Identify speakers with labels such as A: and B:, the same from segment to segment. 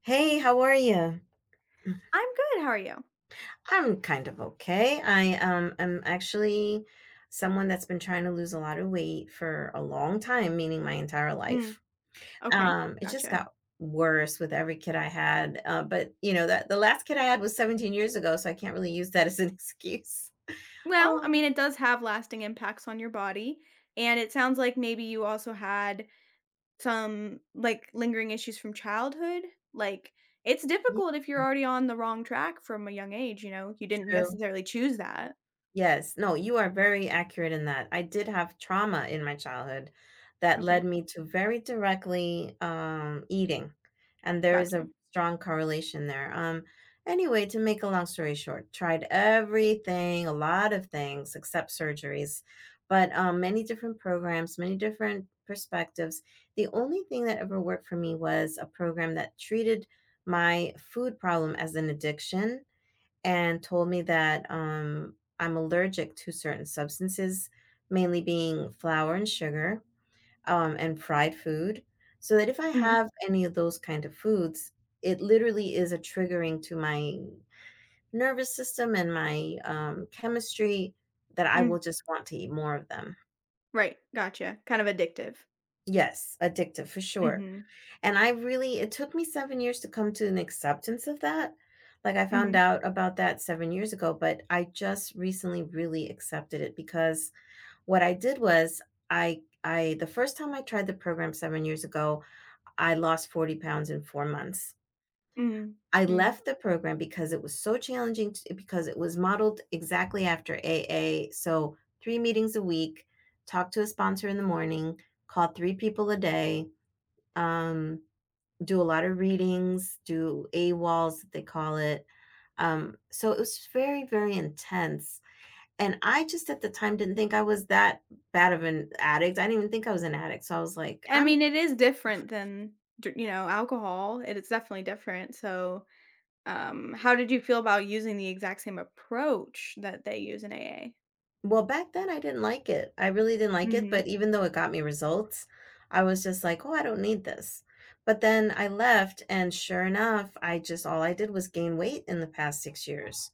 A: Hey, how are you?
B: I'm good. How are you?
A: I'm kind of okay. I am actually someone that's been trying to lose a lot of weight for a long time, meaning my entire
B: Mm,
A: life.
B: okay.
A: It just
B: Gotcha.
A: got worse with every kid I had. But you know that the last kid I had was 17 years ago, so I can't really use that as an excuse.
B: Well, I
A: Oh,
B: mean, it does have lasting impacts on your body. And it sounds like maybe you also had some like lingering issues from childhood. Like, it's
A: yeah,
B: difficult if you're already on the wrong track from a young age, you know? You didn't
A: true.
B: necessarily choose that.
A: Yes, no, you are very accurate in that. I did have trauma in my childhood that led
B: Okay.
A: me to very directly, eating, and there is a
B: Gotcha.
A: strong correlation there. Anyway, to make a long story short, tried everything, a lot of things except surgeries, but, many different programs, many different perspectives. The only thing that ever worked for me was a program that treated my food problem as an addiction and told me that I'm allergic to certain substances, mainly being flour and sugar and fried food. So that if I
B: Hmm.
A: have any of those kind of foods, it literally is a triggering to my nervous system and my chemistry that I will
B: Mm,
A: just want to eat more of them.
B: right. Gotcha. Kind of addictive.
A: Yes, addictive for sure.
B: Hmm.
A: And I really it took me 7 years to come to an acceptance of that. Like, I found
B: Hmm.
A: out about that 7 years ago, but I just recently really accepted it because what I did was I the first time I tried the program 7 years ago, I lost 40 pounds in 4 months.
B: Hmm.
A: I
B: Mm.
A: left the program because it was so challenging t because it was modeled exactly after AA, so 3 meetings a week, talk to a sponsor in the morning, call 3 people a day, um, do a lot of readings, do AWOLs, they call it. So it was very, very intense. And I just at the time didn't think I was that bad of an addict. I didn't even think I was an addict. So I was like,
B: I mean, it is different than, you know, alcohol. It is definitely different. So, how did you feel about using the exact same approach that they use in AA?
A: well, back then I didn't like it. I really didn't like it. But
B: Mhm.
A: even though it got me results, I was just like, oh, I don't need this. But then I left, and sure enough, I just all I did was gain weight in the past 6 years.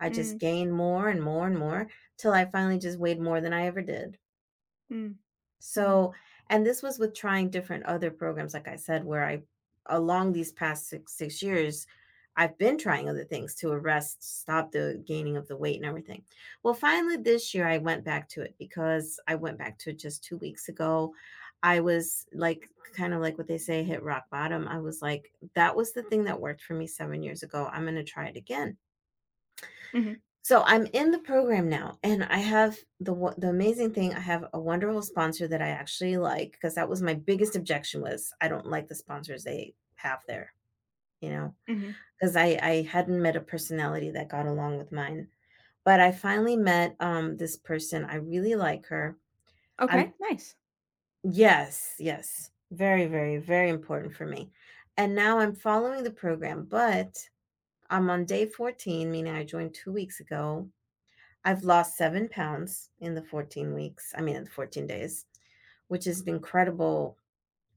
A: I just
B: Mm,
A: gained more and more and more till I finally just weighed more than I ever did.
B: mm, mm.
A: So, and this was with trying different other programs, like I said, where I along these past 6 years, I've been trying other things to arrest, stop the gaining of the weight and everything. Well, finally this year, I went back to it because I went back to it just 2 weeks ago. I was, like, kind of like what they say, hit rock bottom. I was like, "That was the thing that worked for me 7 years ago. I'm gonna try it again."
B: Mhm,
A: So I'm in the program now, and I have the amazing thing, I have a wonderful sponsor that I actually like because that was my biggest objection was, I don't like the sponsors they have there, you know,
B: mhm.
A: because I hadn't met a personality that got along with mine. But I finally met, this person, I really like her.
B: Okay,
A: I'm
B: nice.
A: Yes, yes. Very, very, very important for me. And now I'm following the program, but I'm on day 14, meaning I joined 2 weeks ago, I've lost 7 pounds in the 14 weeks. I mean, in the 14 days, which is an incredible,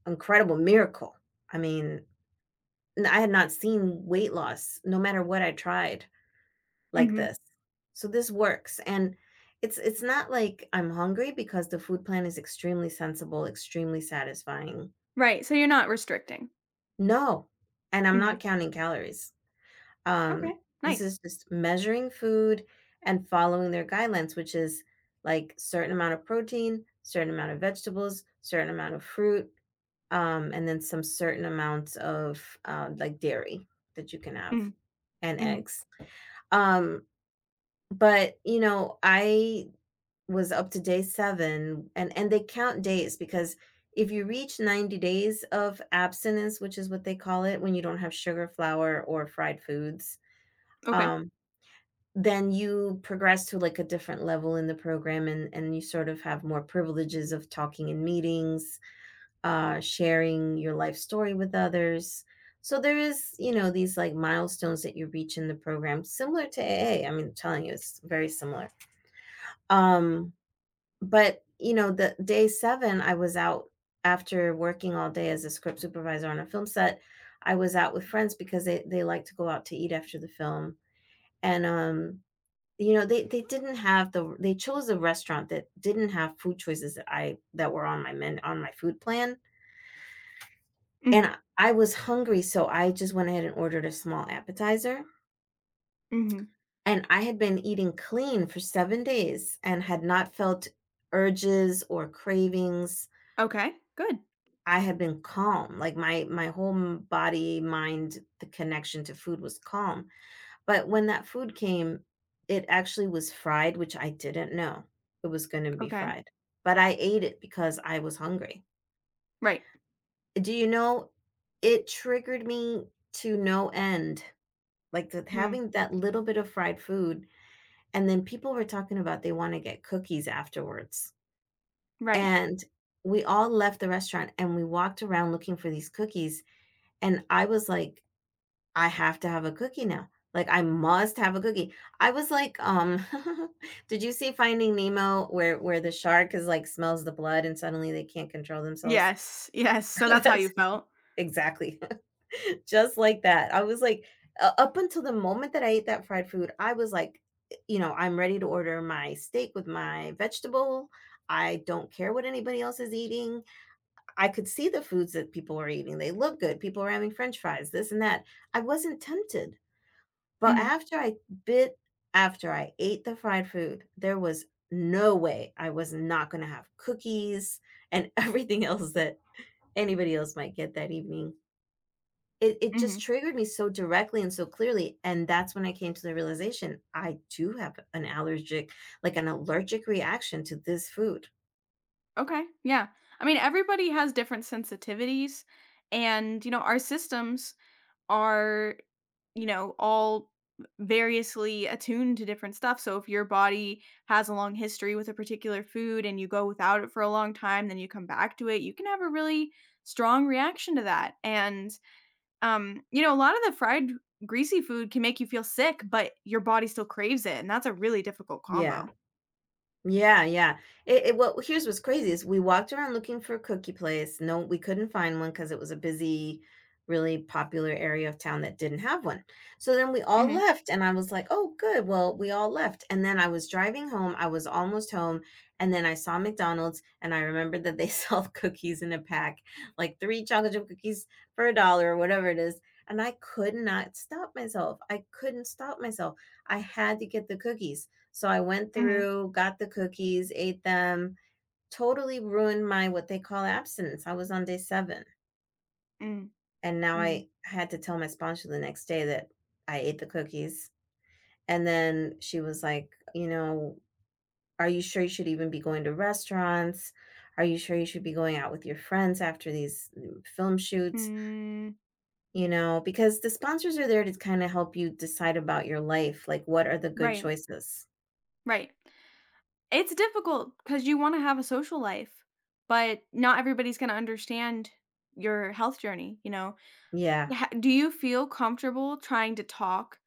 A: incredible miracle. I mean, I had not seen weight loss, no matter what I tried, like
B: Mhm.
A: this. So this works, and it's not like I'm hungry because the food plan is extremely sensible, extremely satisfying.
B: Right, so you're not restricting.
A: No, and I'm not
B: Mhm.
A: counting calories. Um,
B: Okay,
A: this
B: nice.
A: is just measuring food and following their guidelines, which is like certain amount of protein, certain amount of vegetables, certain amount of fruit, and then some certain amounts of like dairy that you can have
B: Mhm,
A: and
B: mhm.
A: eggs. Um, but I was up to day 7, and they count days because if you reach 90 days of abstinence, which is what they call it when you don't have sugar, flour, or fried foods,
B: Okay.
A: um, then you progress to, like, a different level in the program and you sort of have more privileges of talking in meetings, sharing your life story with others. So there is, these, like, milestones that you reach in the program, similar to AA. I mean, I'm telling you, it's very similar. Um, but, the day 7, I was out after working all day as a script supervisor on a film set. I was out with friends because they like to go out to eat after the film, and, they chose a restaurant that didn't have food choices that were on my food plan, and I
B: Mhm,
A: I was hungry, so I just went ahead and ordered a small appetizer,
B: mhm.
A: and I had been eating clean for 7 days and had not felt urges or cravings.
B: Okay, good.
A: I had been calm, like, my whole body, mind, the connection to food was calm. But when that food came, it actually was fried, which I didn't know it was gonna be
B: Okay.
A: fried, but I ate it because I was hungry.
B: Right.
A: Do you know, it triggered me to no end, like, th
B: Mm,
A: having that little bit of fried food, and then people were talking about they wanna get cookies afterwards,
B: right.
A: and we all left the restaurant, and we walked around looking for these cookies, and I was like, I have to have a cookie now. Like, I must have a cookie. I was like, did you see Finding Nemo where the shark is like smells the blood and suddenly they can't control themselves?
B: Yes, yes, so that's how you
A: That's
B: felt.
A: exactly. Just like that. I was like, u up until the moment that I ate that fried food, I was like, eh, I'm ready to order my steak with my vegetable. I don't care what anybody else is eating. I could see the foods that people were eating. They look good. People were having French fries, this and that. I wasn't tempted. But
B: Mhm,
A: bit after I ate the fried food, there was no way I was not gonna have cookies and everything else that anybody else might get that evening. It just
B: mhm.
A: triggered me so directly and so clearly, and that's when I came to the realization, I do have an allergic reaction to this food.
B: Okay, yeah. I mean, everybody has different sensitivities and, you know, our systems are, you know, all variously attuned to different stuff. So if your body has a long history with a particular food and you go without it for a long time, then you come back to it, you can have a really strong reaction to that. And you know, a lot of the fried greasy food can make you feel sick, but your body still craves it, and that's a really difficult
A: Yeah.
B: combo.
A: Yeah, yeah. It Well, here's what's crazy is we walked around looking for a cookie place. No, we couldn't find one because it was a busy, really popular area of town that didn't have one. So then we all
B: Mhm.
A: left, and I was like, "Oh, good. Well, we all left." And then I was driving home. I was almost home, and then I saw McDonald's, and I remembered that they sell cookies in a pack, like three chocolate chip cookies for a dollar or whatever it is. And I could not stop myself. I couldn't stop myself. I had to get the cookies. So I went
B: Mhm.
A: through, got the cookies, ate them, totally ruined my what they call abstinence. I was on day 7.
B: Mm.
A: And now
B: Mm.
A: I had to tell my sponsor the next day that I ate the cookies. And then she was like, are you sure you should even be going to restaurants? Are you sure you should be going out with your friends after these film shoots?
B: Mm.
A: Because the sponsors are there to kind of help you decide about your life. Like, what are the good
B: Right.
A: choices?
B: Right. It's difficult because you wanna have a social life, but not everybody's gonna understand your health journey, you know?
A: Yeah.
B: Ha Do you feel comfortable trying to talk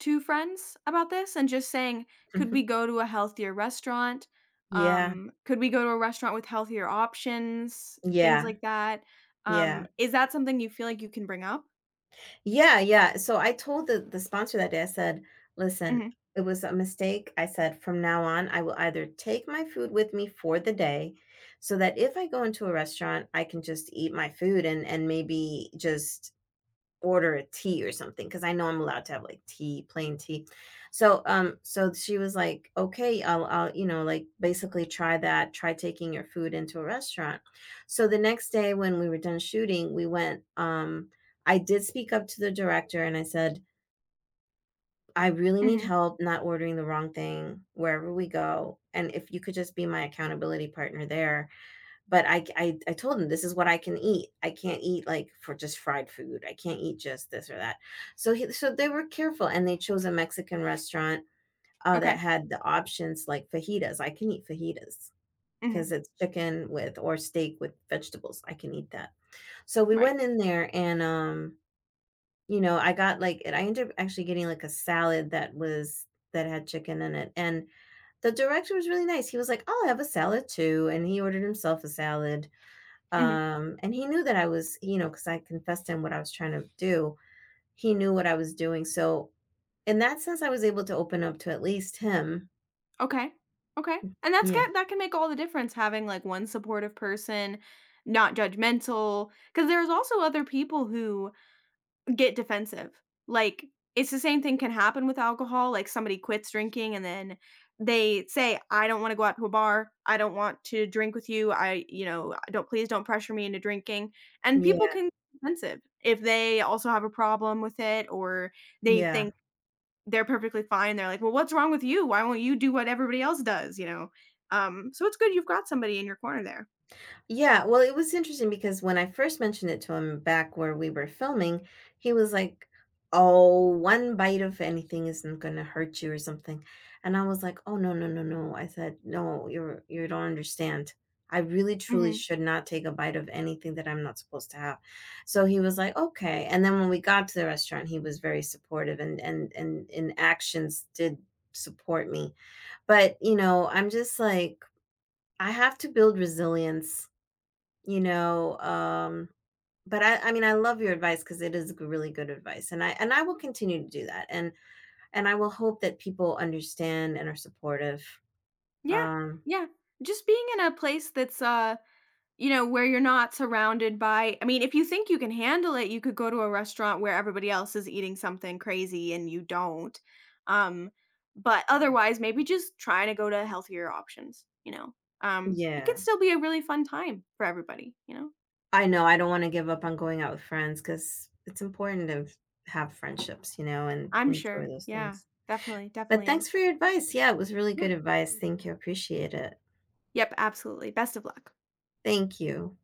B: to friends about this and just saying, "Could we go to a healthier restaurant?"
A: Yeah.
B: "Could we go to a restaurant with healthier options?" Things
A: Yeah.
B: like that.
A: Yeah.
B: Is that something you feel like you can bring up?
A: Yeah, yeah. So I told the sponsor that day, I said, "Listen,
B: Mhm,
A: it was a mistake." I said, "From now on, I will either take my food with me for the day so that if I go into a restaurant, I can just eat my food and maybe just order a tea or something because I know I'm allowed to have like tea, plain tea. So she was like, "Okay, I'll like basically try that, try taking your food into a restaurant." So the next day when we were done shooting, we went I did speak up to the director and I said, "I really need
B: mhm,
A: help not ordering the wrong thing wherever we go and if you could just be my accountability partner there." But I told him, "This is what I can eat. I can't eat, like, for just fried food. I can't eat just this or that." So they were careful, and they chose a Mexican restaurant, that
B: okay,
A: had the options like fajitas. I can eat fajitas
B: mhm,
A: because it's chicken with or steak with vegetables. I can eat that. So we
B: right,
A: went in there and, I got, like and I ended up actually getting, like, a salad that had chicken in it, and the director was really nice. He was like, "I'll have a salad too," and he ordered himself a salad.
B: mhm.
A: And he knew that I was, because I confessed to him what I was trying to do. He knew what I was doing, so in that sense, I was able to open up to at least him.
B: Okay. Okay. And
A: Yeah,
B: that can make all the difference having, like, one supportive person, not judgmental. Because there's also other people who get defensive. Like, it's the same thing can happen with alcohol, like, somebody quits drinking and then they say, "I don't wanna go out to a bar. I don't want to drink with you. I," you know, "Don't please don't pressure me into drinking." And people
A: yeah,
B: can get defensive if they also have a problem with it or they
A: yeah.
B: think they're perfectly fine. They're like, "Well, what's wrong with you? Why won't you do what everybody else does?" You know? So it's good you've got somebody in your corner there.
A: Yeah, well, it was interesting because when I first mentioned it to him back where we were filming, he was like, "Oh, one bite of anything isn't gonna hurt you or something." And I was like, "Oh, no, no, no, no." I said, "No, you don't understand. I really truly
B: Mhm.
A: should not take a bite of anything that I'm not supposed to have." So he was like, "Okay." And then when we got to the restaurant, he was very supportive and in actions did support me. But I'm just like I have to build resilience you know, um, but I mean, I love your advice because it is g really good advice, and I will continue to do that, and I will hope that people understand and are supportive.
B: Yeah,
A: Um,
B: yeah. Just being in a place that's, you know, where you're not surrounded by I mean, if you think you can handle it, you could go to a restaurant where everybody else is eating something crazy and you don't. Um, but otherwise, maybe just trying to go to healthier options, you know? It could
A: yeah.
B: still be a really fun time for everybody, you know?
A: I know, I don't wanna give up on going out with friends because it's important to have friendships, and
B: I'm
A: enjoy
B: sure.
A: those
B: Yeah.
A: things.
B: Definitely,
A: But
B: definitely
A: thanks
B: is.
A: for your advice. Yeah, it was really
B: Yeah.
A: good advice. Thank you. Appreciate it.
B: Yep, absolutely. Best of luck.
A: Thank you.